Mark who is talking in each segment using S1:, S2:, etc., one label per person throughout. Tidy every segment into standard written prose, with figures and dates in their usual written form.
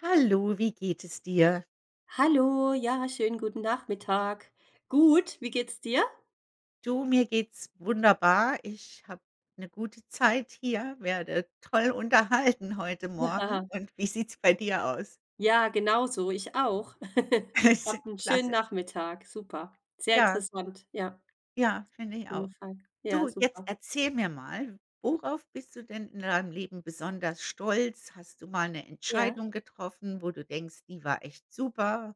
S1: Hallo, wie geht es dir?
S2: Hallo, ja, schönen guten Nachmittag. Gut, wie geht's dir?
S1: Du, mir geht's wunderbar. Ich habe eine gute Zeit hier, werde toll unterhalten heute Morgen. Und wie sieht's bei dir aus?
S2: Ja, genauso, ich auch. Habe 'n schönen
S1: Klasse.
S2: Nachmittag, super. Sehr
S1: Ja,
S2: interessant, ja, auf
S1: ja, finde ich auch.
S2: jeden Fall. Ja,
S1: Du, jetzt
S2: super.
S1: erzähl mir mal, worauf bist du denn in deinem Leben besonders stolz? Hast du mal eine
S2: Ja.
S1: Entscheidung getroffen, wo du denkst, die war echt super?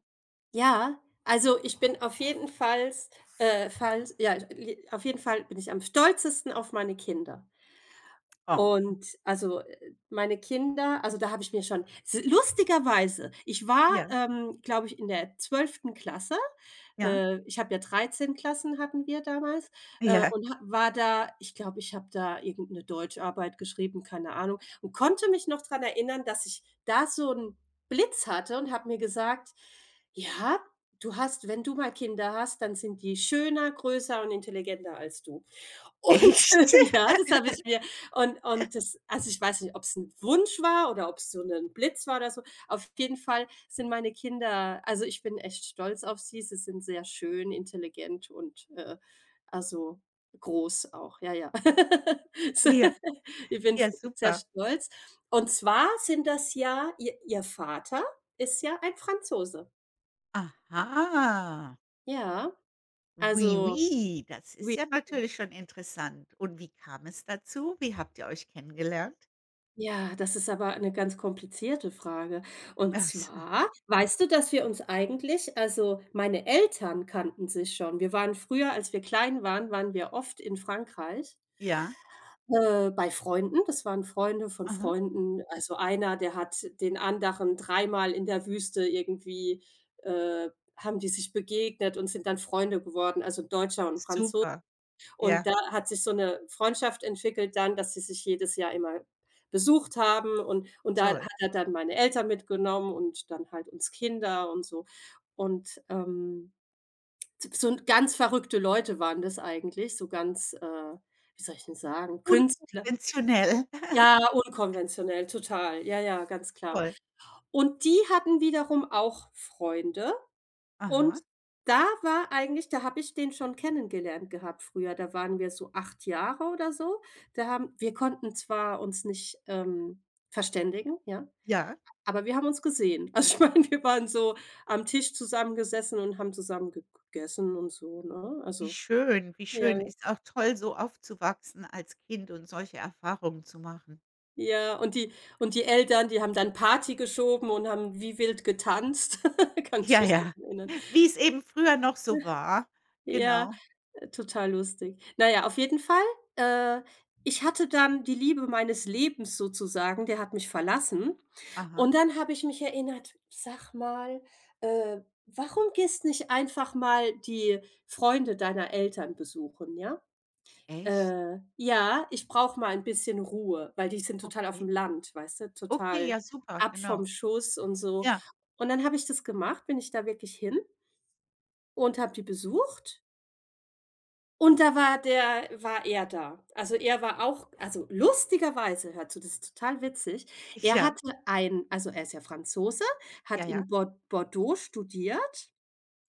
S2: Ja, also, ich bin auf jeden Fall, Falls ja, li auf jeden Fall bin ich am stolzesten auf meine Kinder.
S1: Oh,
S2: Und also, meine Kinder also, da habe ich mir schon s lustigerweise, ich war,
S1: ja,
S2: glaube ich, in der 12. Klasse.
S1: ja,
S2: Ich habe ja 13 Klassen hatten wir damals,
S1: ja.
S2: und ha war da ich glaube, ich habe da irgendeine Deutscharbeit geschrieben, keine Ahnung, und konnte mich noch dran erinnern, dass ich da so 'n Blitz hatte und habe mir gesagt: „Ja, du hast wenn du mal Kinder hast, dann sind die schöner, größer und intelligenter als du." Und
S1: Echt?
S2: ja, das habe ich mir und das also, ich weiß nicht, ob es ein Wunsch war oder ob es so ein Blitz war oder so. Auf jeden Fall sind meine Kinder also, ich bin echt stolz auf sie. Sie sind sehr schön, intelligent und, also, groß auch. Ja, ja. So,
S1: Ja,
S2: ich bin
S1: ja,
S2: fr sehr
S1: super.
S2: stolz. Und zwar sind das ja ihr Vater ist ja ein Franzose.
S1: Aha.
S2: Ja,
S1: Oui,
S2: also,
S1: oui, das ist
S2: oui.
S1: ja natürlich schon interessant. Und wie kam es dazu? Wie habt ihr euch kennengelernt?
S2: Ja, das ist aber eine ganz komplizierte Frage. Und
S1: Ach so,
S2: zwar, weißt du, dass wir uns eigentlich also, meine Eltern kannten sich schon. Wir waren früher, als wir klein waren, waren wir oft in Frankreich,
S1: ja,
S2: bei Freunden. Das waren Freunde von
S1: aha,
S2: Freunden. Also, einer, der hat den anderen dreimal in der Wüste irgendwie äh, haben die sich begegnet und sind dann Freunde geworden, also 'n Deutscher und 'n Franzose.
S1: super. Ja,
S2: Und da hat sich so eine Freundschaft entwickelt dann, dass sie sich jedes Jahr immer besucht haben und da
S1: toll.
S2: hat er dann meine Eltern mitgenommen und dann halt uns Kinder und so. Und, s so ganz verrückte Leute waren das eigentlich, so ganz, wie soll ich denn sagen, Künstler.
S1: Unkonventionell.
S2: Ja, unkonventionell, total. Ja, ja, ganz klar.
S1: Toll.
S2: Und die hatten wiederum auch Freunde und
S1: Aha,
S2: da war eigentlich da habe ich den schon kennengelernt gehabt früher. Da waren wir so 8 Jahre oder so. Da haben wir konnten zwar uns nicht, verständigen, ja,
S1: ja,
S2: aber wir haben uns gesehen. Also, ich meine, wir waren so am Tisch zusammengesessen und haben zusammen ge gegessen und so, ne?
S1: wie
S2: Also
S1: schön, wie
S2: ja,
S1: schön. Ist auch toll, so aufzuwachsen als Kind und solche Erfahrungen zu machen.
S2: ja, und die Eltern, die haben dann Party geschoben und haben wie wild getanzt. Kann ich
S1: Ja,
S2: mich noch
S1: ja,
S2: erinnern.
S1: wie es eben früher noch so war.
S2: Ja.
S1: Genau.
S2: Total lustig. Na ja, auf jeden Fall, äh, ich hatte dann die Liebe meines Lebens sozusagen, der hat mich verlassen.
S1: Aha,
S2: Und dann habe ich mich erinnert: „Sag mal, äh, warum gehst nicht einfach mal die Freunde deiner Eltern besuchen, ja?"
S1: echt?
S2: Ja, ich brauche mal ein bisschen Ruhe, weil die sind total auf dem
S1: Okay.
S2: Land, weißt du,
S1: Okay,
S2: total
S1: ja, super,
S2: ab
S1: genau.
S2: vom Schuss und so.
S1: Ja,
S2: Und dann habe ich das gemacht, bin ich da wirklich hin und habe die besucht und da war er da. Also, er war auch also, lustigerweise, hör zu, das ist total witzig. Er
S1: ja,
S2: hatte ein also, er ist ja Franzose,
S1: ja,
S2: hat
S1: ja.
S2: in Bordeaux studiert.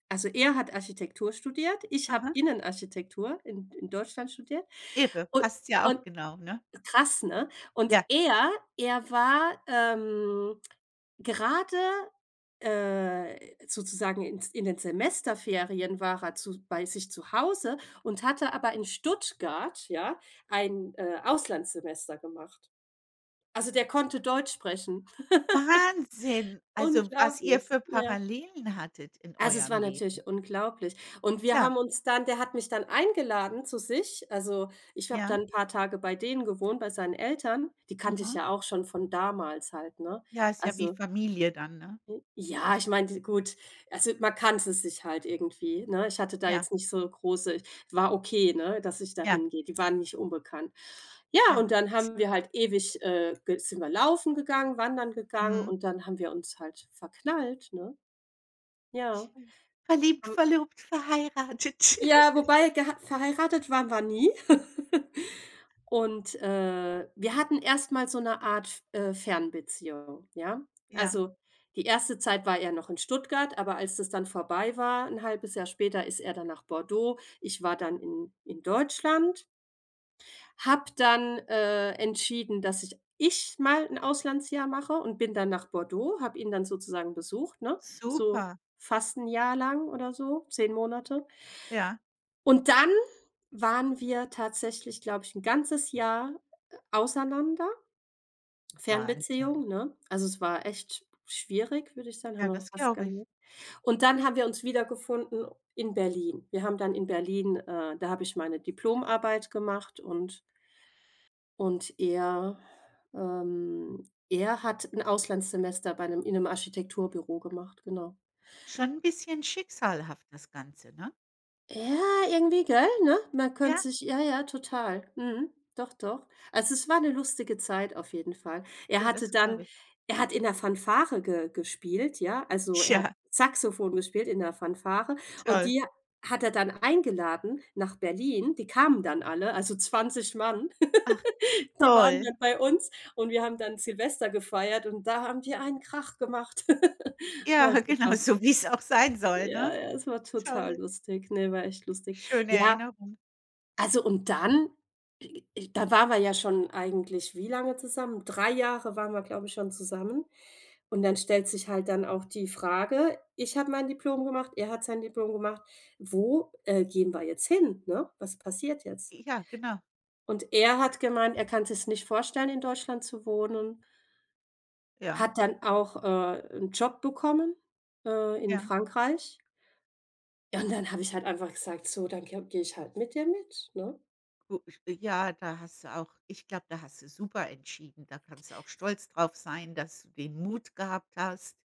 S2: Also, er hat Architektur studiert. Ich habe
S1: Aha.
S2: Innenarchitektur in Deutschland studiert.
S1: Irre,
S2: Und
S1: passt ja
S2: und
S1: auch genau, ne?
S2: krass, ne? Und
S1: Ja,
S2: er war, gerade, äh, sozusagen in den Semesterferien war er zu bei sich zu Hause und hatte aber in Stuttgart, ja, ein, Auslandssemester gemacht. Also, der konnte Deutsch sprechen.
S1: Wahnsinn, also was ihr
S2: Unglaublich,
S1: für
S2: ja.
S1: Parallelen hattet in
S2: Also, es
S1: eurem
S2: war
S1: Leben.
S2: natürlich unglaublich. Und wir
S1: Klar,
S2: haben uns dann der hat mich dann eingeladen zu sich. Also, ich habe
S1: ja,
S2: dann ein paar Tage bei denen gewohnt, bei seinen Eltern. Die kannte ich
S1: aha.
S2: ja auch schon von damals halt, ne?
S1: Ja, ist ja wie
S2: Also
S1: Familie dann, ne?
S2: ja, ich meine, gut, also, man kannte sich halt irgendwie, ne? Ich hatte da
S1: Ja,
S2: jetzt nicht so große war okay, ne, dass ich da
S1: ja,
S2: hingehe. Die waren nicht unbekannt. Ja,
S1: ja.
S2: und dann haben wir halt ewig, ge sind wir laufen gegangen, wandern
S1: Ist
S2: gegangen
S1: mhm.
S2: und dann haben wir uns halt verknallt, ne? Ja.
S1: Verliebt, verlobt, verheiratet.
S2: Ja, wobei geha verheiratet waren wir nie. Und, wir hatten erst mal so 'ne Art Fernbeziehung, ja?
S1: Ja,
S2: Also, die erste Zeit war er noch in Stuttgart, aber als das dann vorbei war, 'n halbes Jahr später, ist er dann nach Bordeaux. Ich war dann in Deutschland, habe dann, entschieden, dass ich mal 'n Auslandsjahr mache und bin dann nach Bordeaux, habe ihn dann sozusagen besucht, ne? So
S1: super.
S2: fast 'n Jahr lang oder so, 10 Monate.
S1: Ja,
S2: Und dann waren wir tatsächlich, glaube ich, 'n ganzes Jahr, auseinander,
S1: Wahnsinn.
S2: Fernbeziehung, ne? Also, es war echt schwierig, würde ich sagen,
S1: Ja,
S2: haben wir
S1: das
S2: fast
S1: glaube ich.
S2: und dann haben wir uns wiedergefunden in Berlin. Wir haben dann in Berlin da habe ich meine Diplomarbeit gemacht und er hat 'n Auslandssemester bei 'nem in 'nem Architekturbüro gemacht, genau.
S1: Schon 'n bisschen schicksalhaft das Ganze, ne?
S2: Ja, irgendwie, gell, ne? Man könnte
S1: Ja,
S2: sich ja, ja, total. Mhm. Doch, doch. Also, es war eine lustige Zeit auf jeden Fall. Er
S1: ja,
S2: hatte
S1: das glaube
S2: dann
S1: ich.
S2: er hat in der Fanfare ge gespielt, ja? Also, er hat
S1: Ja,
S2: Saxophon gespielt in der Fanfare und
S1: toll.
S2: die hat er dann eingeladen nach Berlin. Die kamen dann alle, also 20 Mann.
S1: Ach,
S2: Die waren
S1: toll.
S2: dann bei uns und wir haben dann Silvester gefeiert und da haben die einen Krach gemacht.
S1: Ja,
S2: War
S1: genau,
S2: super.
S1: so wie's auch sein soll, ne?
S2: Ja, ja, es war total
S1: Toll.
S2: lustig. Ne, war echt lustig.
S1: Schöne
S2: Ja.
S1: Erinnerung.
S2: Also und dann äh, da waren wir ja schon eigentlich wie lange zusammen? 3 Jahre waren wir, glaube ich, schon zusammen. Und dann stellt sich halt dann auch die Frage, ich habe mein Diplom gemacht, er hat sein Diplom gemacht. Wo, gehen wir jetzt hin, ne? Was passiert jetzt?
S1: Ja, genau.
S2: Und er hat gemeint, er kann sich's nicht vorstellen, in Deutschland zu wohnen,
S1: Ja,
S2: hat dann auch, 'n Job bekommen, in
S1: ja.
S2: Frankreich. Ja, und dann habe ich halt einfach gesagt: „So, dann gehe ich halt mit dir mit", ne?
S1: Gu Ja, da hast du auch, ich glaube, da hast du super entschieden. Da kannst du auch stolz drauf sein, dass du den Mut gehabt hast.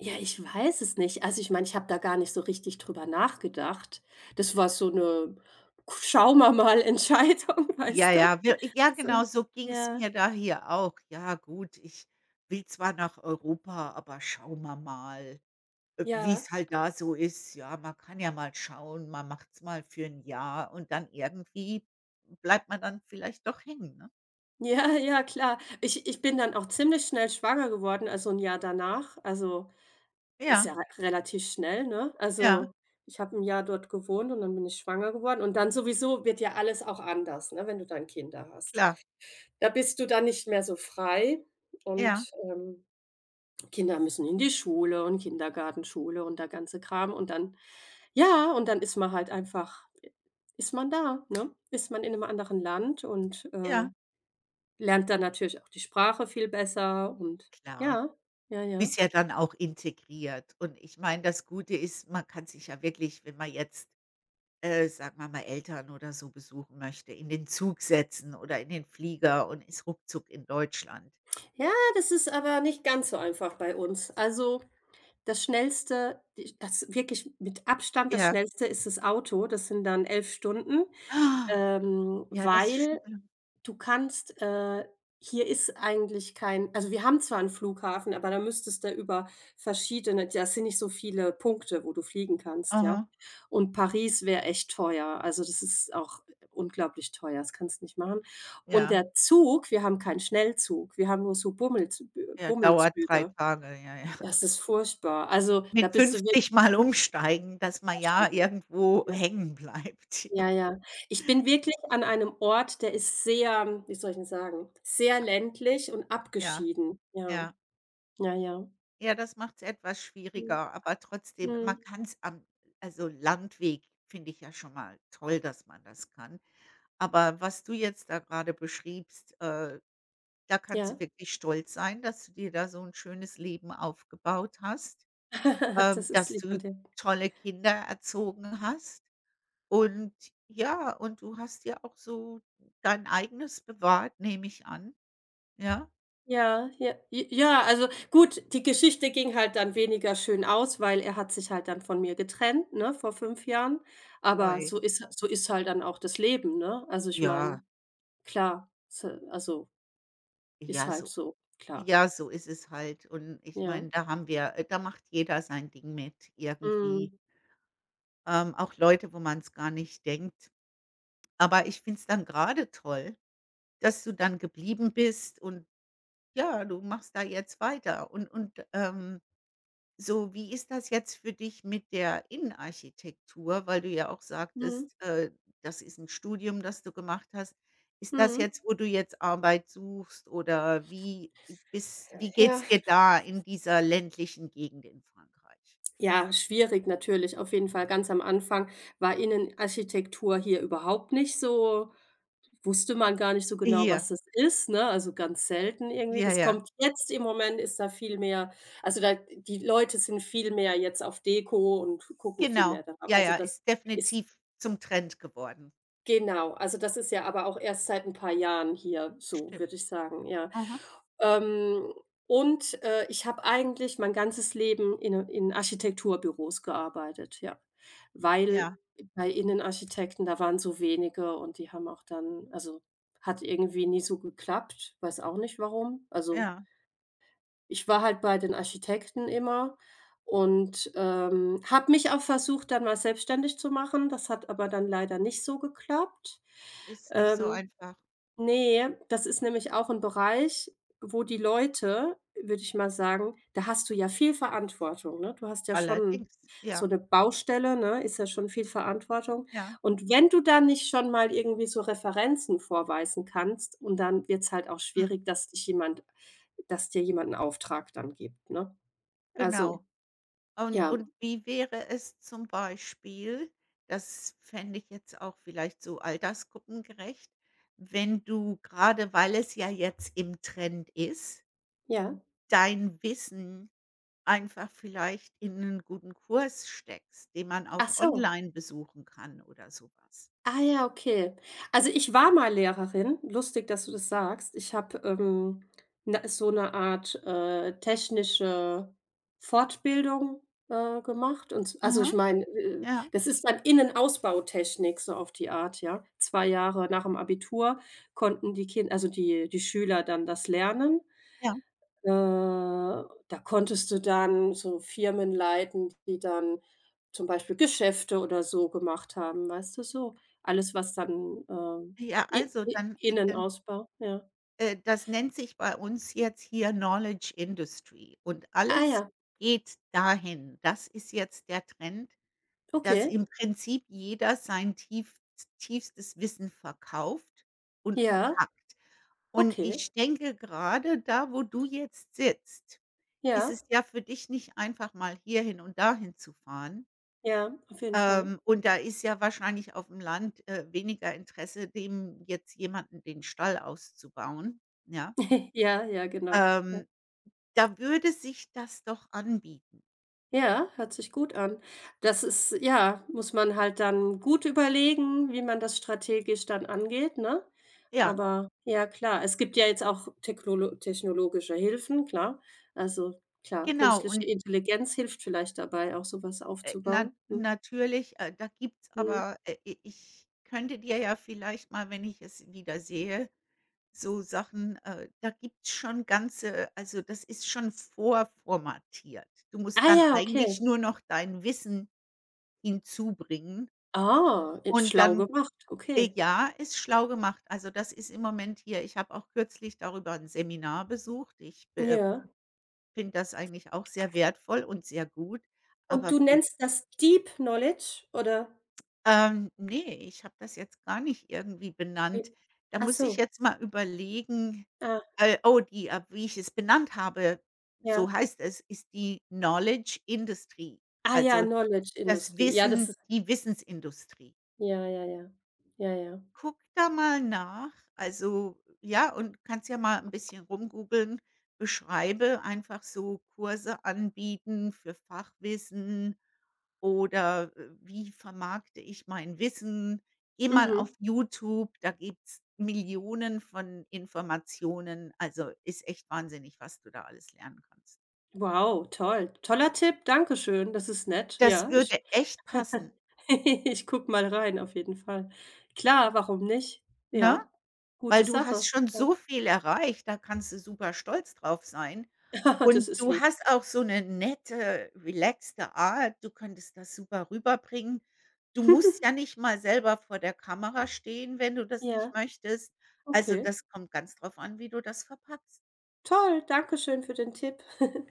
S2: Ja, ich weiß es nicht. Also, ich meine, ich habe da gar nicht so richtig drüber nachgedacht. Das war so 'ne schauen wir mal Entscheidung,
S1: Ja,
S2: weißt du?
S1: ja, wir ja
S2: So.
S1: genau, so ging's
S2: Ja,
S1: mir da hier auch. Ja gut, ich will zwar nach Europa, aber schauen wir mal, wie
S2: ja,
S1: es halt da so ist. Ja, man kann ja mal schauen, man macht's mal für ein Jahr und dann irgendwie bleibt man dann vielleicht doch hängen, ne?
S2: ja, ja, klar. Ich bin dann auch ziemlich schnell schwanger geworden, also 'n Jahr danach. Also, ist
S1: Ja,
S2: ja re relativ schnell, ne?
S1: ja,
S2: Also, ich habe 'n Jahr dort gewohnt und dann bin ich schwanger geworden und dann sowieso wird ja alles auch anders, ne, wenn du dann Kinder hast.
S1: klar.
S2: Da bist du dann nicht mehr so frei
S1: Ja.
S2: und, Kinder müssen in die Schule und Kindergartenschule und der ganze Kram und dann ja, und dann ist man halt einfach ist man da, ne? Ist man in einem anderen Land und,
S1: Ja,
S2: lernt dann natürlich auch die Sprache viel besser und
S1: klar.
S2: ja, ja, ja.
S1: Bist ja dann auch integriert. Und ich meine, das Gute ist, man kann sich ja wirklich, wenn man jetzt, sagen wir mal, Eltern oder so besuchen möchte, in den Zug setzen oder in den Flieger und ist ruckzuck in Deutschland.
S2: Ja, das ist aber nicht ganz so einfach bei uns. Also, das Schnellste, die das wirklich mit Abstand das
S1: Ja.
S2: Schnellste ist das Auto. Das sind dann 11 Stunden,
S1: Ah, ja, das ist schon
S2: weil
S1: lang.
S2: Du kannst hier ist eigentlich kein also wir haben zwar einen Flughafen, aber da müsstest du über verschiedene das sind nicht so viele Punkte, wo du fliegen kannst, ja?
S1: Aha,
S2: Und Paris wäre echt teuer. Also, das ist auch unglaublich teuer, das kannst du nicht machen. Und
S1: ja.
S2: der Zug wir haben keinen Schnellzug, wir haben nur so
S1: Ja, dauert 3
S2: Bummelzüge.
S1: Tage, ja, ja.
S2: Das ist furchtbar. Also, da
S1: Mit
S2: bist du wirklich
S1: 50 Mal umsteigen, dass man ja
S2: erschreckend.
S1: irgendwo
S2: Ja.
S1: hängen bleibt.
S2: Ja, ja. Ich bin wirklich an einem Ort, der ist sehr wie soll ich 'n sagen, sehr ländlich und
S1: Ja,
S2: abgeschieden.
S1: ja,
S2: Ja,
S1: ja.
S2: ja, ja.
S1: Ja, das macht es etwas
S2: Mhm,
S1: schwieriger, aber trotzdem, man
S2: mhm,
S1: kann es am also, Landweg finde ich ja schon mal toll, dass man das kann. Aber was du jetzt da gerade beschriebst, da kannst du
S2: ja.
S1: wirklich stolz sein, dass du dir da so ein schönes Leben aufgebaut hast,
S2: Das ist
S1: dass
S2: lieb von
S1: du
S2: dir.
S1: tolle Kinder erzogen hast. Und ja, und du hast ja auch so dein eigenes bewahrt, nehme ich an, ja?
S2: Ja, ja, j ja, also gut, die Geschichte ging halt dann weniger schön aus, weil er hat sich halt dann von mir getrennt, ne, vor 5 Jahren. Aber
S1: Oi,
S2: so ist halt dann auch das Leben, ne? Also, ich
S1: ja,
S2: meine, klar, s also, ist
S1: ja,
S2: halt
S1: so.
S2: so, klar.
S1: Ja, so ist es halt. Und ich
S2: Ja.
S1: meine, da haben wir da macht jeder sein Ding mit irgendwie.
S2: Mhm.
S1: Auch Leute, wo man es gar nicht denkt. Aber ich finde es dann gerade toll, dass du dann geblieben bist und ja, du machst da jetzt weiter, und. So, wie ist das jetzt für dich mit der Innenarchitektur, weil du ja auch
S2: Mhm.
S1: sagtest, das ist ein Studium, das du gemacht hast. Ist das
S2: Mhm.
S1: jetzt, wo du jetzt Arbeit suchst, oder wie
S2: Ja.
S1: geht's dir da in dieser ländlichen Gegend in Frankreich?
S2: Ja, schwierig natürlich, auf jeden Fall. Ganz am Anfang war Innenarchitektur hier überhaupt nicht so wusste man gar nicht so genau,
S1: Hier,
S2: was das ist, ne? Also, ganz selten irgendwie.
S1: ja,
S2: Das
S1: ja,
S2: kommt jetzt im Moment ist da viel mehr also, da die Leute sind viel mehr jetzt auf Deko und gucken viel
S1: genau.
S2: mehr darauf.
S1: Ja,
S2: Also,
S1: ja,
S2: das
S1: ist
S2: ist
S1: definitiv zum Trend geworden.
S2: genau, also das ist ja aber auch erst seit ein paar Jahren hier so,
S1: Stimmt.
S2: würde ich sagen, ja.
S1: Mhm.
S2: Ähm, und, ich habe eigentlich mein ganzes Leben in Architekturbüros gearbeitet, ja. Weil
S1: Ja,
S2: bei Innenarchitekten, da waren so wenige und die haben auch dann also, hat irgendwie nie so geklappt, weiß auch nicht warum. Also
S1: ja.
S2: ich war halt bei den Architekten immer und, habe mich auch versucht, dann mal selbstständig zu machen. Das hat aber dann leider nicht so geklappt.
S1: Ist nicht so
S2: Ähm
S1: einfach.
S2: Nee, das ist nämlich auch ein Bereich, wo die Leute, würde ich mal sagen da hast du ja viel Verantwortung, ne? Du hast ja schon
S1: Allerdings.
S2: so
S1: Ja,
S2: 'ne Baustelle, ne, ist ja schon viel Verantwortung.
S1: ja.
S2: Und wenn du da nicht schon mal irgendwie so Referenzen vorweisen kannst und dann wird's halt auch
S1: Mhm.
S2: schwierig, dass dir jemand 'n Auftrag dann gibt, ne? Also,
S1: Genau. Und
S2: ja,
S1: und wie wäre es zum Beispiel, das fände ich jetzt auch vielleicht so altersgruppengerecht, wenn du gerade, weil es ja jetzt im Trend ist,
S2: ja.
S1: dein Wissen einfach vielleicht in einen guten Kurs steckst, den man
S2: Ach
S1: auch
S2: so.
S1: online besuchen kann oder so was.
S2: Ah ja, okay. Also, ich war mal Lehrerin. Lustig, dass du das sagst. Ich habe, na so eine Art, technische Fortbildung, gemacht und z also,
S1: Aha,
S2: ich meine,
S1: ja,
S2: das ist dann Innenausbautechnik, so auf die Art, ja. 2 Jahre nach dem Abitur konnten die Kinder, also, die Schüler dann das lernen.
S1: ja.
S2: Da konntest du dann so Firmen leiten, die dann zum Beispiel Geschäfte oder so gemacht haben, weißt du, so? Alles, was dann,
S1: Ja,
S2: I
S1: also
S2: I
S1: dann äh, dann
S2: Innenausbau, ja.
S1: äh, das nennt sich bei uns jetzt hier Knowledge Industry und
S2: Ah
S1: alles
S2: ja,
S1: geht dahin. Das ist jetzt der Trend. Dass
S2: okay.
S1: im Prinzip jeder sein tiefstes Wissen verkauft und
S2: Ja,
S1: verpackt. Und
S2: okay.
S1: ich denke, gerade da, wo du jetzt sitzt, ist
S2: Ja,
S1: es ja für dich nicht einfach, mal hierhin und dahin zu fahren.
S2: ja, auf jeden Fall.
S1: Und da ist ja wahrscheinlich auf dem Land weniger Interesse, dem jetzt jemanden den Stall auszubauen, ja?
S2: Ja, ja, genau, ja.
S1: Ähm, Da würde sich das doch anbieten.
S2: Ja, hört sich gut an. Das ist ja, muss man halt dann gut überlegen, wie man das strategisch dann angeht, ne?
S1: Ja,
S2: Aber ja, klar, es gibt ja jetzt auch technologische Hilfen, klar. Also, klar,
S1: genau.
S2: künstliche
S1: Und
S2: Intelligenz hilft vielleicht dabei, auch sowas
S1: Na
S2: aufzubauen. Mhm.
S1: natürlich, da gibt's
S2: Mhm.
S1: aber i ich könnte dir ja vielleicht mal, wenn ich es wieder sehe, so Sachen, da gibt's schon ganze, also, das ist schon vorformatiert. Du musst
S2: Ah
S1: dann
S2: ja,
S1: eigentlich
S2: okay.
S1: nur noch dein Wissen hinzubringen
S2: Ah,
S1: und
S2: schlau
S1: dann,
S2: gemacht, okay.
S1: ja, ist schlau gemacht. Also, das ist im Moment hier, ich habe auch kürzlich darüber ein Seminar besucht. Ich
S2: Ja.
S1: finde das eigentlich auch sehr wertvoll und sehr gut,
S2: Und
S1: aber
S2: du
S1: für
S2: nennst das Deep Knowledge oder
S1: Ne, ich habe das jetzt gar nicht irgendwie
S2: wie?
S1: benannt. Da
S2: Ach
S1: muss ich
S2: so,
S1: jetzt mal überlegen,
S2: ah,
S1: oh, die wie ich es benannt habe, so
S2: ja.
S1: heißt es, ist die Knowledge Industry,
S2: Ah ja,
S1: also
S2: Knowledge
S1: das
S2: Industrie. Ja, das
S1: Wissen,
S2: ist
S1: die Wissensindustrie.
S2: ja, ja, ja. Ja, ja.
S1: Guck da mal nach. Also, ja, und kannst ja mal ein bisschen rumgoogeln. Beschreibe einfach, so Kurse anbieten für Fachwissen oder wie vermarkte ich mein Wissen? Geh mal auf
S2: Mhm.
S1: YouTube, da gibt's Millionen von Informationen. Also, ist echt wahnsinnig, was du da alles lernen kannst.
S2: Wow, toll. Toller Tipp, danke schön. Das ist nett.
S1: Das
S2: Ja, ich
S1: würde echt passen,
S2: ich guck mal rein auf jeden Fall. Klar, warum nicht?
S1: ne?
S2: Ja, gute
S1: Weil du hast
S2: Sache.
S1: schon
S2: Ja,
S1: so viel erreicht, da kannst du super stolz drauf sein.
S2: das
S1: Und
S2: ist
S1: du
S2: lieb.
S1: hast auch so 'ne nette, relaxte Art. Du könntest das super rüberbringen. Du musst ja nicht mal selber vor der Kamera stehen, wenn du das nicht
S2: Ja,
S1: möchtest. Also,
S2: okay.
S1: das kommt ganz drauf an, wie du das verpackst.
S2: Toll, danke schön für den Tipp.